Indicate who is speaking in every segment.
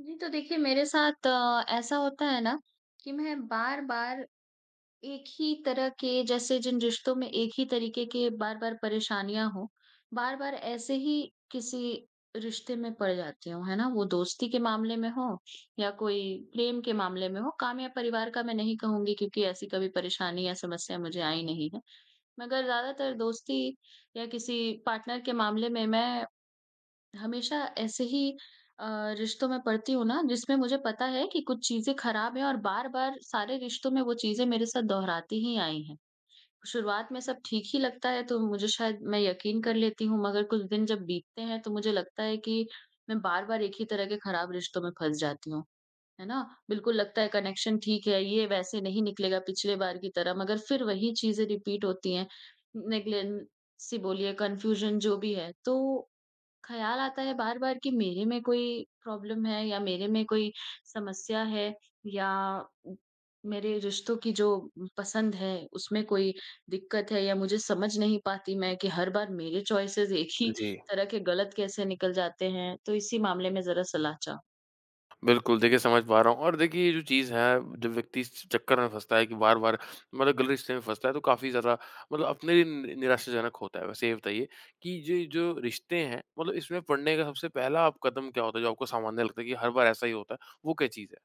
Speaker 1: जी, तो देखिए मेरे साथ ऐसा होता है ना कि मैं बार-बार एक ही तरह के जैसे जिन रिश्तों में एक ही तरीके के बार-बार परेशानियां हो, बार-बार ऐसे ही किसी रिश्ते में पड़ जाती हूँ, है ना? वो दोस्ती के मामले में हो या कोई प्रेम के मामले में हो। काम या परिवार का मैं नहीं कहूँगी क्योंकि ऐसी कभी परेशानी या समस्या मुझे आई नहीं है। मगर ज़्यादातर दोस्ती या किसी पार्टनर के मामले में मैं हमेशा ऐसे ही अ, रिश्तों में पड़ती हूँ ना, जिसमें मुझे पता है कि कुछ चीज़ें खराब हैं और बार-बार सारे रिश्तों में वो चीज़ें मेरे साथ दोहराती ही आई हैं। शुरुआत में सब ठीक ही लगता है तो मुझे शायद मैं यकीन कर लेती हूँ, मगर कुछ दिन जब बीतते हैं तो मुझे लगता है कि मैं बार-बार एक ही तरह के खराब रिश्तों में फँस जाती हूँ। है ना? बिल्कुल लगता है कनेक्शन ठीक है, ये वैसे नहीं निकलेगा पिछले बार की तरह, मगर फिर वही चीज़ें रिपीट होती हैं। नेगलेन सी बोलिए, कन्फ्यूज़न जो भी है। तो ख़्याल आता है बार-बार कि मेरे में कोई प्रॉब्लम है या मेरे में कोई समस्या है, या उ मेरे रिश्तों की जो पसंद है उसमें कोई दिक्कत है, या मुझे समझ नहीं पाती मैं कि हर बार मेरे चॉइसेस एक ही
Speaker 2: जी,
Speaker 1: तरह के गलत कैसे निकल जाते हैं। तो इसी मामले में ज़रा सलाह
Speaker 2: बिल्कुल देखिए समझ पा रहा हूँ। और देखिए ये जो चीज़ है, जब व्यक्ति इस चक्कर में फँसता है कि बार-बार मतलब गलत रिश्ते में फँसता है, तो काफ़ी ज़्यादा मतलब अपने लिए नि निराशाजनक होता है। वैसे ये बताइए कि ये जो रिश्ते हैं, मतलब इसमें पड़ने का सबसे पहला आप कदम क्या होता है जो आपको सामान्य लगता है कि हर बार ऐसा ही होता है, वो क्या चीज़ है?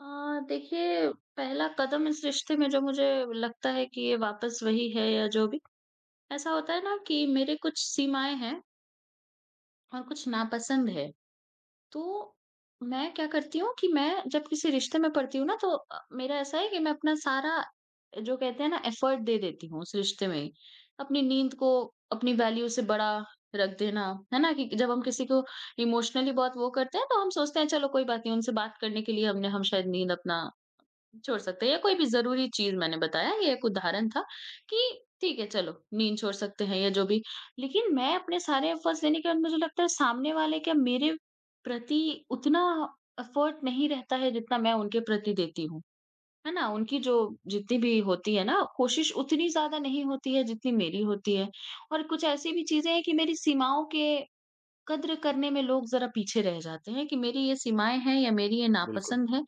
Speaker 1: देखिए, पहला कदम इस रिश्ते में जो मुझे लगता है कि ये वापस वही है या जो भी, ऐसा होता है ना कि मेरे कुछ सीमाएँ हैं और कुछ नापसंद है। तो, मैं क्या करती हूँ कि मैं जब किसी रिश्ते में पड़ती हूँ ना, तो मेरा ऐसा है कि मैं अपना सारा जो कहते हैं ना एफर्ट दे देती हूँ उस रिश्ते में ही। अपनी नींद को अपनी वैल्यू से बड़ा रख देना, है ना? कि जब हम किसी को इमोशनली बहुत वो करते हैं तो हम सोचते हैं चलो कोई बात नहीं, उनसे बात करने के लिए हमने हम शायद नींद अपना छोड़ सकते हैं या कोई भी ज़रूरी चीज़। मैंने बताया, ये एक उदाहरण था कि ठीक है चलो, नींद छोड़ सकते हैं या जो भी। लेकिन मैं अपने सारे एफ़र्ट्स देने के बाद, मुझे लगता है सामने वाले का मेरे प्रति उतना एफ़र्ट नहीं रहता है जितना मैं उनके प्रति देती हूँ, है ना? उनकी जो जितनी भी होती है ना कोशिश, उतनी ज़्यादा नहीं होती है जितनी मेरी होती है। और कुछ ऐसी भी चीज़ें हैं कि मेरी सीमाओं के कद्र करने में लोग ज़रा पीछे रह जाते हैं, कि मेरी ये सीमाएँ हैं या मेरी ये
Speaker 2: बिल्कुल।
Speaker 1: नापसंद है।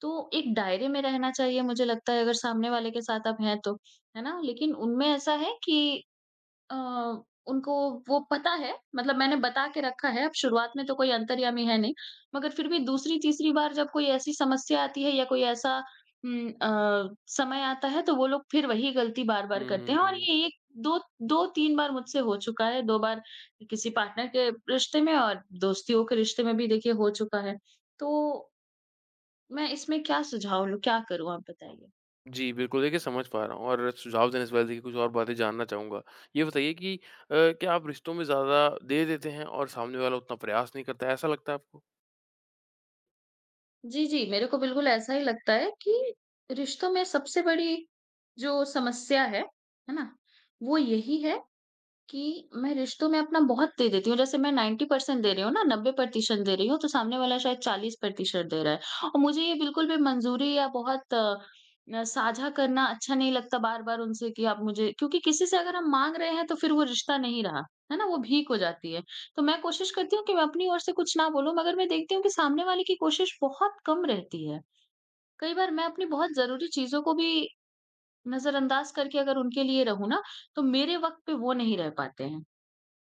Speaker 1: तो एक दायरे में रहना चाहिए, मुझे लगता है, अगर सामने वाले के साथ आप हैं तो, है ना? लेकिन उनमें ऐसा है कि अ, उनको वो पता है, मतलब मैंने बता के रखा है। अब शुरुआत में तो कोई अंतर्यामी है नहीं, मगर फिर भी दूसरी-तीसरी बार जब कोई ऐसी समस्या आती है या कोई ऐसा समय आता है, तो वो लोग फिर वही गलती बार-बार करते हैं। और
Speaker 2: हुँ,
Speaker 1: ये एक दो 2-3 बार मुझसे हो चुका है, 2 बार किसी पार्टनर के रिश्ते में और दोस्तियों के रिश्ते में भी, देखिए, हो चुका है। तो मैं इसमें क्या सुझाव लूँ, क्या करूँ, आप बताइए?
Speaker 2: जी बिल्कुल देखिए समझ पा रहा हूँ और सुझाव देने से पहले देखिए कुछ और बातें जानना चाहूँगा। ये बताइए कि क्या आप रिश्तों में ज़्यादा दे देते हैं और सामने वाला उतना प्रयास नहीं करता है, ऐसा लगता है आपको?
Speaker 1: जी, जी, मेरे को बिल्कुल ऐसा ही लगता है कि रिश्तों में सबसे बड़ी जो समस्या है ना? वो यही है कि मैं रिश्तों में अपना बहुत दे देती हूँ। जैसे मैं 90% दे रही हूँ ना, 90% दे रही हूँ, तो सामने वाला शायद 40% दे रहा है। और मुझे ये बिल्कुल भी मंजूरी या बहुत साझा करना अच्छा नहीं लगता बार-बार उनसे कि आप मुझे, क्योंकि किसी से अगर हम माँग रहे हैं, तो फिर वो रिश्ता नहीं रहा, है ना? वो भीख हो जाती है। तो मैं कोशिश करती हूँ कि मैं अपनी ओर से कुछ ना बोलूँ, मगर मैं देखती हूँ कि सामने वाले की कोशिश बहुत कम रहती है। कई बार मैं अपनी बहुत ज़रूरी चीज़ों को भी नज़रअंदाज करके अगर उनके लिए रहूँ ना, तो मेरे वक़्त पे वो नहीं रह पाते हैं।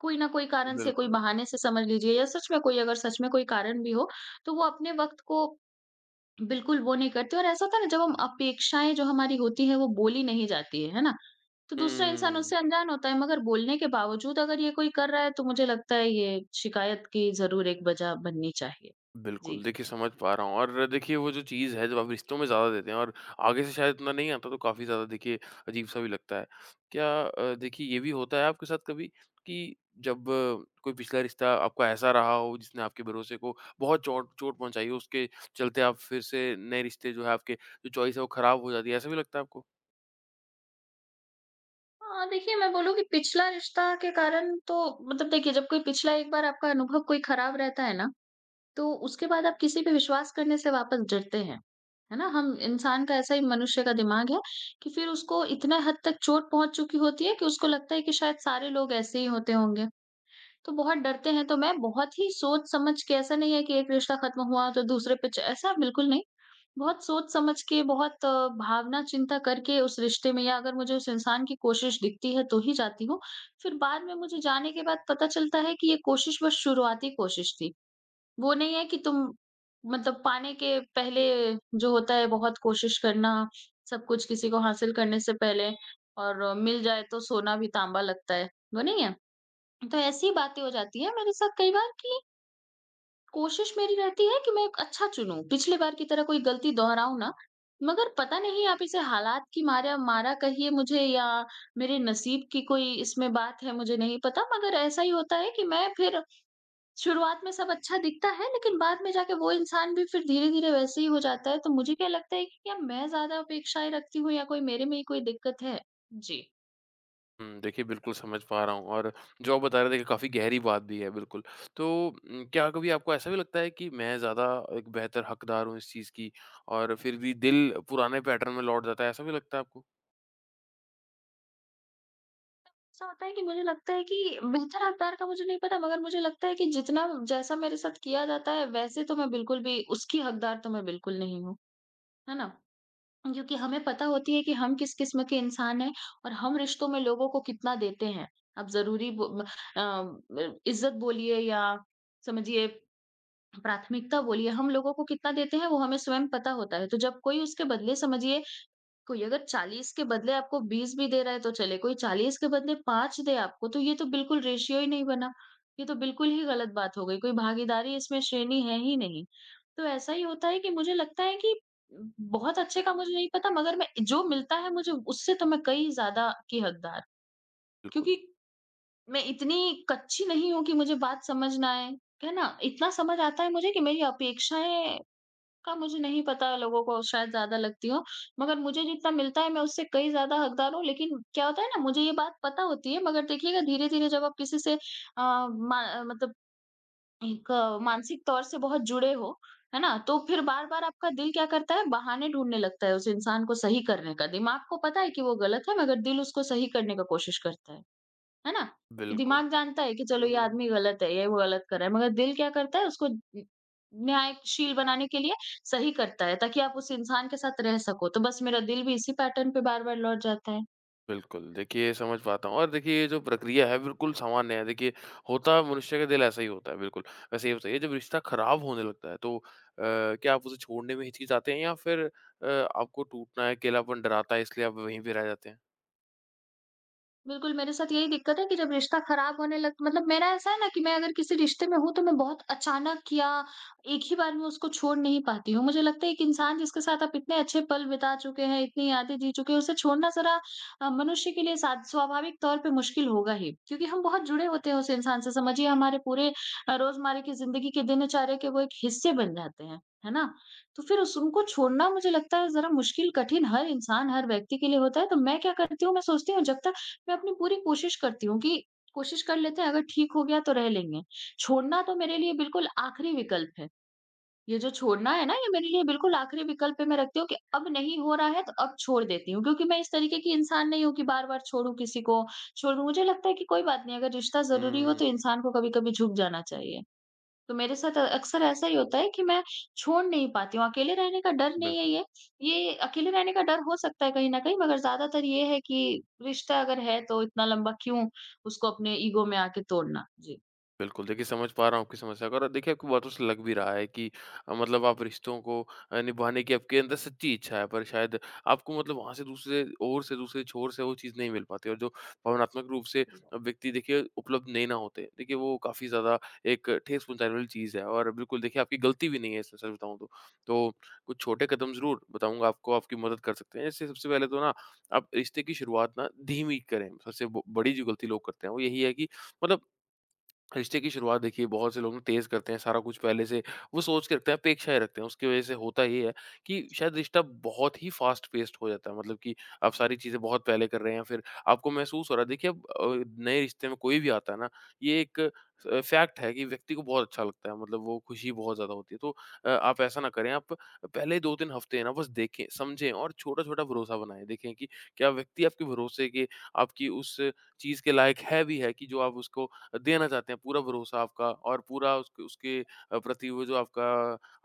Speaker 1: कोई ना कोई कारण से, कोई
Speaker 2: बिल्कुल।
Speaker 1: बहाने से समझ लीजिए, या सच में कोई अगर सच में कोई कारण भी हो, तो वो अपने वक़्त को बिल्कुल वो नहीं करते। और ऐसा होता है ना, जब हम अपेक्षाएँ जो हमारी होती हैं वो बोली नहीं जाती है ना? तो दूसरा इंसान
Speaker 2: हुँ।
Speaker 1: उससे अनजान होता है, मगर बोलने के बावजूद अगर ये कोई कर रहा है तो मुझे लगता है ये शिकायत की ज़रूर एक वजह बननी चाहिए। जी।
Speaker 2: बिल्कुल, देखिए समझ पा रहा हूँ। और देखिए वो जो चीज़ है, जब आप रिश्तों में ज़्यादा देते हैं और आगे से शायद इतना नहीं आता, तो काफ़ी ज़्यादा देखिए अजीब-सा भी लगता है। क्या देखिए ये भी होता है आपके साथ कभी कि जब कोई पिछला रिश्ता आपका ऐसा रहा हो जिसने आपके भरोसे को बहुत चोट चोट पहुँचाई हो, उसके चलते आप फिर से नए रिश्ते जो है आपके जो चॉइस है वो खराब हो जाती है, ऐसा भी लगता है आपको?
Speaker 1: हाँ, देखिए, मैं बोलूँगी पिछला रिश्ता के कारण, तो मतलब देखिए, जब कोई पिछला एक बार आपका अनुभव कोई खराब रहता है ना, तो उसके बाद आप किसी पे विश्वास करने से वापस डरते हैं, है ना? हम इंसान का ऐसा ही मनुष्य का दिमाग है कि फिर उसको इतना हद तक चोट पहुँच चुकी होती है कि उसको लगता है कि शायद सारे लोग ऐसे ही होते होंगे। तो बहुत डरते हैं, तो मैं बहुत ही सोच-समझ के, ऐसा नहीं है कि एक रिश्ता खत्म हुआ तो दूसरे पे च ऐसा बिल्कुल नहीं। बहुत सोच-समझ के, बहुत भावना चिंता करके उस रिश्ते में, या अगर मुझे उस इंसान की कोशिश दिखती है तो ही जाती हूँ। फिर बाद में मुझे, जाने के बाद, पता चलता है कि ये कोशिश बस शुरुआती कोशिश थी। वो नहीं है कि तुम मतलब पाने के पहले जो होता है बहुत कोशिश करना, सब कुछ, किसी को हासिल करने से पहले, और मिल जाए तो सोना भी तांबा लगता है, वो नहीं है? तो ऐसी बातें हो जाती हैं मेरे साथ कई बार, कि कोशिश मेरी रहती है कि मैं एक अच्छा चुनूँ, पिछली बार की तरह कोई गलती दोहराऊँ ना, मगर पता नहीं आप इसे हालात की मारा मारा कहिए मुझे, या मेरे नसीब की कोई इसमें बात है, मुझे नहीं पता। मगर ऐसा ही होता है कि मैं फिर, शुरुआत में सब अच्छा दिखता है, लेकिन बाद में जाके वो इंसान भी फिर धीरे-धीरे वैसे ही हो जाता है। तो मुझे क्या लगता है कि क्या मैं ज़्यादा अपेक्षाएँ रखती हूँ, या कोई मेरे में ही कोई दिक्कत है? जी।
Speaker 2: हुँ, देखिए बिल्कुल समझ पा रहा हूँ। और जो आप बता रहे थे देखिए काफ़ी गहरी बात भी है बिल्कुल। तो क्या कभी आपको ऐसा भी लगता है कि मैं ज़्यादा एक बेहतर हकदार हूँ इस चीज़ की, और फिर भी दिल पुराने पैटर्न में लौट जाता है, ऐसा भी लगता है आपको?
Speaker 1: ऐसा होता है कि मुझे लगता है कि बेहतर हकदार का मुझे नहीं पता, मगर मुझे लगता है कि जितना जैसा मेरे साथ किया जाता है, वैसे तो मैं बिल्कुल भी उसकी हकदार, तो मैं बिल्कुल नहीं हूँ, है ना? क्योंकि हमें पता होती है कि हम किस किस्म के इंसान हैं और हम रिश्तों में लोगों को कितना देते हैं। अब ज़रूरी अ, इज़्ज़त बोलिए या समझिए, प्राथमिकता बोलिए, हम लोगों को कितना देते हैं वो हमें स्वयं पता होता है। तो जब कोई उसके बदले समझिए, कोई अगर 40 के बदले आपको 20 भी दे रहा है तो चले, कोई 40 के बदले 5 दे आपको तो ये तो बिल्कुल रेशियो ही नहीं बना। ये तो बिल्कुल ही गलत बात हो गई, कोई भागीदारी इसमें श्रेणी है ही नहीं। तो ऐसा ही होता है कि मुझे लगता है कि बहुत अच्छे का मुझे नहीं पता, मगर मैं जो मिलता है मुझे उससे तो मैं कई ज़्यादा की हकदार,
Speaker 2: बिल्कुल,
Speaker 1: क्योंकि मैं इतनी कच्ची नहीं हूँ कि मुझे बात समझ ना आए, है ना? इतना समझ आता है मुझे कि मेरी अपेक्षाएँ का मुझे नहीं पता, लोगों को शायद ज़्यादा लगती हो, मगर मुझे जितना मिलता है मैं उससे कई ज़्यादा हकदार हूँ। लेकिन क्या होता है ना, मुझे ये बात पता होती है, मगर देखिएगा धीरे-धीरे जब आप किसी से मतलब एक मानसिक तौर से बहुत जुड़े हो, है ना? तो फिर बार-बार आपका दिल क्या करता है, बहाने ढूँढने लगता है उस इंसान को सही करने का। दिमाग को पता है कि वो गलत है, मगर दिल उसको सही करने का कोशिश करता है। है ना? कि
Speaker 2: बिल्कुल।
Speaker 1: दिमाग जानता है कि चलो
Speaker 2: हुँ,
Speaker 1: ये
Speaker 2: हुँ, हुँ।
Speaker 1: आदमी गलत है, ये वो गलत कर रहा है, मगर दिल क्या करता है, उसको उ न्यायशील बनाने के लिए सही करता है, ताकि आप उस इंसान के साथ रह सको। तो बस मेरा दिल भी इसी पैटर्न पे बार-बार लौट जाता है।
Speaker 2: बिल्कुल, देखिए समझ पाता हूँ। और देखिए ये जो प्रक्रिया है बिल्कुल सामान्य है। देखिए होता मनुष्य का दिल ऐसा ही होता है बिल्कुल। वैसे ये बताइए जब रिश्ता ख़राब होने लगता है तो क्या आप उसे छोड़ने में हिचकिचाते हैं या फिर आपको टूटना है, अकेलापन डराता है इसलिए आप वहीं पे रह जाते हैं?
Speaker 1: बिल्कुल, मेरे साथ यही दिक्कत है कि जब रिश्ता खराब होने लग मतलब मेरा ऐसा है ना कि मैं अगर किसी रिश्ते में हूँ, तो मैं बहुत अचानक या एक ही बार में उसको छोड़ नहीं पाती हूँ। मुझे लगता है एक इंसान जिसके साथ आप इतने अच्छे पल बिता चुके हैं, इतनी यादें जी चुके हैं, उसे छोड़ना ज़रा मनुष्य के लिए साद स्वाभाविक तौर पे मुश्किल होगा ही। क्योंकि हम बहुत जुड़े होते हैं उस इंसान से, समझिए हमारे पूरे रोज़मर्रा की ज़िंदगी के दिनचर्या के वो एक हिस्से बन जाते हैं, है ना? तो फिर उस उनको छोड़ना मुझे लगता है ज़रा मुश्किल, कठिन, हर इंसान, हर व्यक्ति के लिए होता है। तो मैं क्या करती हूँ, मैं सोचती हूँ जब तक मैं अपनी पूरी कोशिश करती हूँ कि कोशिश कर लेते हैं, अगर ठीक हो गया तो रह लेंगे। छोड़ना तो मेरे लिए बिल्कुल आखिरी विकल्प है। ये जो छोड़ना है ना, ये मेरे लिए बिल्कुल आखिरी विकल्प है। मैं रखती हूँ कि अब नहीं हो रहा है तो अब छोड़ देती हूँ, क्योंकि मैं इस तरीके की इंसान नहीं हूँ कि बार-बार छोड़ूँ किसी को, छोड़ूँ। मुझे लगता है कि कोई बात नहीं, अगर रिश्ता ज़रूरी हो तो
Speaker 2: हुँ।
Speaker 1: इंसान को कभी-कभी झुक जाना चाहिए। तो मेरे साथ अक्सर ऐसा ही होता है कि मैं छोड़ नहीं पाती हूँ। अकेले रहने का डर नहीं है
Speaker 2: बिल्कुल,
Speaker 1: ये अकेले रहने का डर हो सकता है कहीं न कहीं, मगर ज़्यादातर ये है कि रिश्ता अगर है तो इतना लंबा क्यों उसको अपने ईगो में आके तोड़ना? जी।
Speaker 2: बिल्कुल। देखिए, समझ पा रहा हूँ आपकी समस्या को। और देखिए, आपकी बातों से लग भी रहा है कि मतलब आप रिश्तों को निभाने की आपके अंदर सच्ची इच्छा है, पर शायद आपको मतलब वहाँ से दूसरे ओर से, दूसरे छोर से वो चीज़ नहीं मिल पाती। और जो भावनात्मक रूप से व्यक्ति देखिए उपलब्ध नहीं ना होते, देखिए वो काफ़ी ज़्यादा एक ठेस पहुँचाने वाली चीज़ है। और बिल्कुल देखिए आपकी गलती भी नहीं है इसमें, सच बताऊँ तो। तो कुछ छोटे कदम ज़रूर बताऊँगा आपको, आपकी मदद कर सकते हैं। जैसे सबसे पहले तो ना, आप रिश्ते की शुरुआत ना धीमी करें। सबसे ब बड़ी जो गलती लोग करते हैं, वो यही है कि मतलब रिश्ते की शुरुआत देखिए बहुत से लोग ना तेज करते हैं, सारा कुछ पहले से वो सोच के रखते हैं, अपेक्षाएं रखते हैं। उसकी वजह से होता ये है कि शायद रिश्ता बहुत ही फास्ट पेस्ड हो जाता है, मतलब कि आप सारी चीजें बहुत पहले कर रहे हैं, फिर आपको महसूस हो रहा है देखिए अब नए रिश्ते में कोई भी आता है ना, ये एक फैक्ट है कि व्यक्ति को बहुत अच्छा लगता है, मतलब वो खुशी बहुत ज्यादा होती है। तो आप ऐसा ना करें, आप पहले दो तीन हफ्ते हैं ना बस देखें समझें और छोटा छोटा भरोसा बनाएं। देखें कि क्या व्यक्ति आपके भरोसे के आपकी उस चीज के लायक है भी है कि जो आप उसको देना चाहते हैं, पूरा भरोसा आपका और पूरा उस उसके प्रति वो जो आपका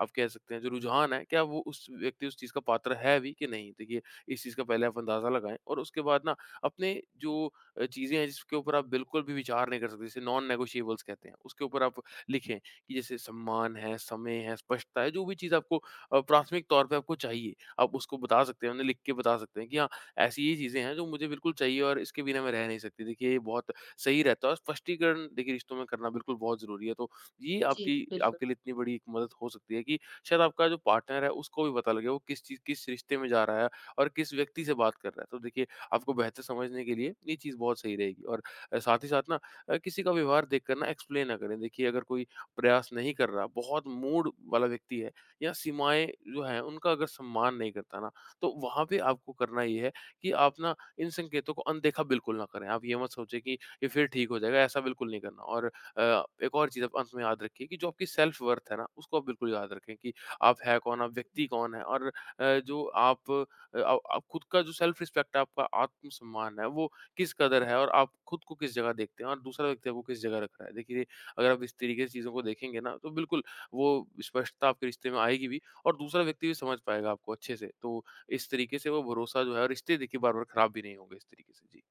Speaker 2: आप कह सकते हैं जो रुझान है, क्या वो उस व्यक्ति उस चीज़ का पात्र है भी कि नहीं? देखिए, इस चीज़ का पहले आप अंदाज़ा लगाएँ। और उसके बाद ना अपने जो चीज़ें हैं जिसके ऊपर आप बिल्कुल भी विचार नहीं कर सकते, जिसे नॉन नेगोशिएबल्स कहते हैं, उसके ऊपर आप लिखें कि जैसे सम्मान है, समय है, स्पष्टता है, जो भी चीज़ आपको प्राथमिक तौर पे आपको चाहिए, आप उसको बता सकते हैं, उन्हें लिख के बता सकते हैं कि हाँ, ऐसी ये चीज़ें हैं जो मुझे बिल्कुल चाहिए और इसके बिना मैं रह नहीं सकती। देखिए, ये बहुत सही रहता है। और स्पष्टीकरण देखिए रिश्तों में करना बिल्कुल बहुत ज़रूरी है। तो ये
Speaker 1: जी,
Speaker 2: आपकी
Speaker 1: बिल्कुल।
Speaker 2: आपके लिए इतनी बड़ी एक मदद हो सकती है कि शायद आपका जो पार्टनर है उसको भी पता लगे वो किस चीज़ किस रिश्ते में जा रहा है और किस व्यक्ति से बात कर रहा है। तो देखिए आपको बेहतर समझने के लिए ये चीज़ बहुत सही रहेगी। और साथ ही साथ ना किसी का व्यवहार देखकर ना एक्सप्लेन ना करें। देखिए अगर कोई प्रयास नहीं कर रहा, बहुत मूड वाला व्यक्ति है या सीमाएँ जो हैं उनका अगर सम्मान नहीं करता ना, तो वहाँ पे आपको करना ये है कि आप ना इन संकेतों को अनदेखा बिल्कुल ना करें। आप ये मत सोचें कि फिर ठीक हो जाएगा, ऐसा बिल्कुल नहीं करना। और एक और चीज़ आप अंत में याद रखिए कि जो आपकी सेल्फ वर्थ है ना, उसको आप बिल्कुल याद रखें कि आप हैं कौन, आप व्यक्ति कौन हैं। और जो आप अ, आ आप खुद का जो सेल्फ रिस्पेक्ट है, आपका आत्म-सम्मान है, वो किस कदर है और आप खुद को किस जगह देखते हैं और दूसरा व्यक्ति आपको किस जगह रख रहा है। देखिए, अगर आप इस तरीके से चीज़ों को देखेंगे ना, तो बिल्कुल वो स्पष्टता आपके रिश्ते में आएगी भी और दूसरा व्यक्ति भी समझ पाएगा आपको अच्छे से। तो इस तरीके से वो भरोसा जो है और रिश्ते देखिए बार-बार खराब भी नहीं होंगे इस तरीके से। जी।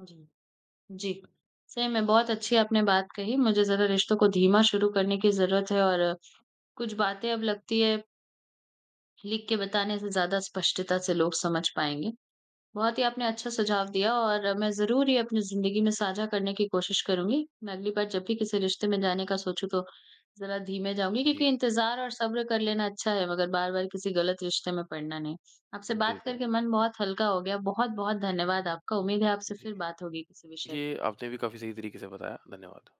Speaker 1: जी, जी। सही में बहुत अच्छी आपने बात कही। मुझे ज़रा रिश्तों को धीमा शुरू करने की ज़रूरत है, और कुछ बातें, अब लगती है, लिख के बताने से ज़्यादा स्पष्टता से लोग समझ पाएँगे। बहुत ही आपने अच्छा सुझाव दिया और मैं ज़रूर ये अपनी ज़िंदगी में साझा करने की कोशिश करूँगी। मैं अगली बार जब भी किसी रिश्ते में जाने का सोचूँ तो ज़रा धीमे जाऊँगी,
Speaker 2: जी,
Speaker 1: क्योंकि इंतज़ार और सब्र कर लेना अच्छा है, मगर बार-बार किसी गलत रिश्ते में पड़ना नहीं। आपसे बात
Speaker 2: बिल्कुल।
Speaker 1: करके मन बहुत हल्का हो गया। बहुत-बहुत धन्यवाद आपका। उम्मीद है आपसे
Speaker 2: जी।
Speaker 1: फिर बात होगी किसी विषय
Speaker 2: ये
Speaker 1: पे।
Speaker 2: आपने भी काफ़ी सही तरीके से बताया, धन्यवाद।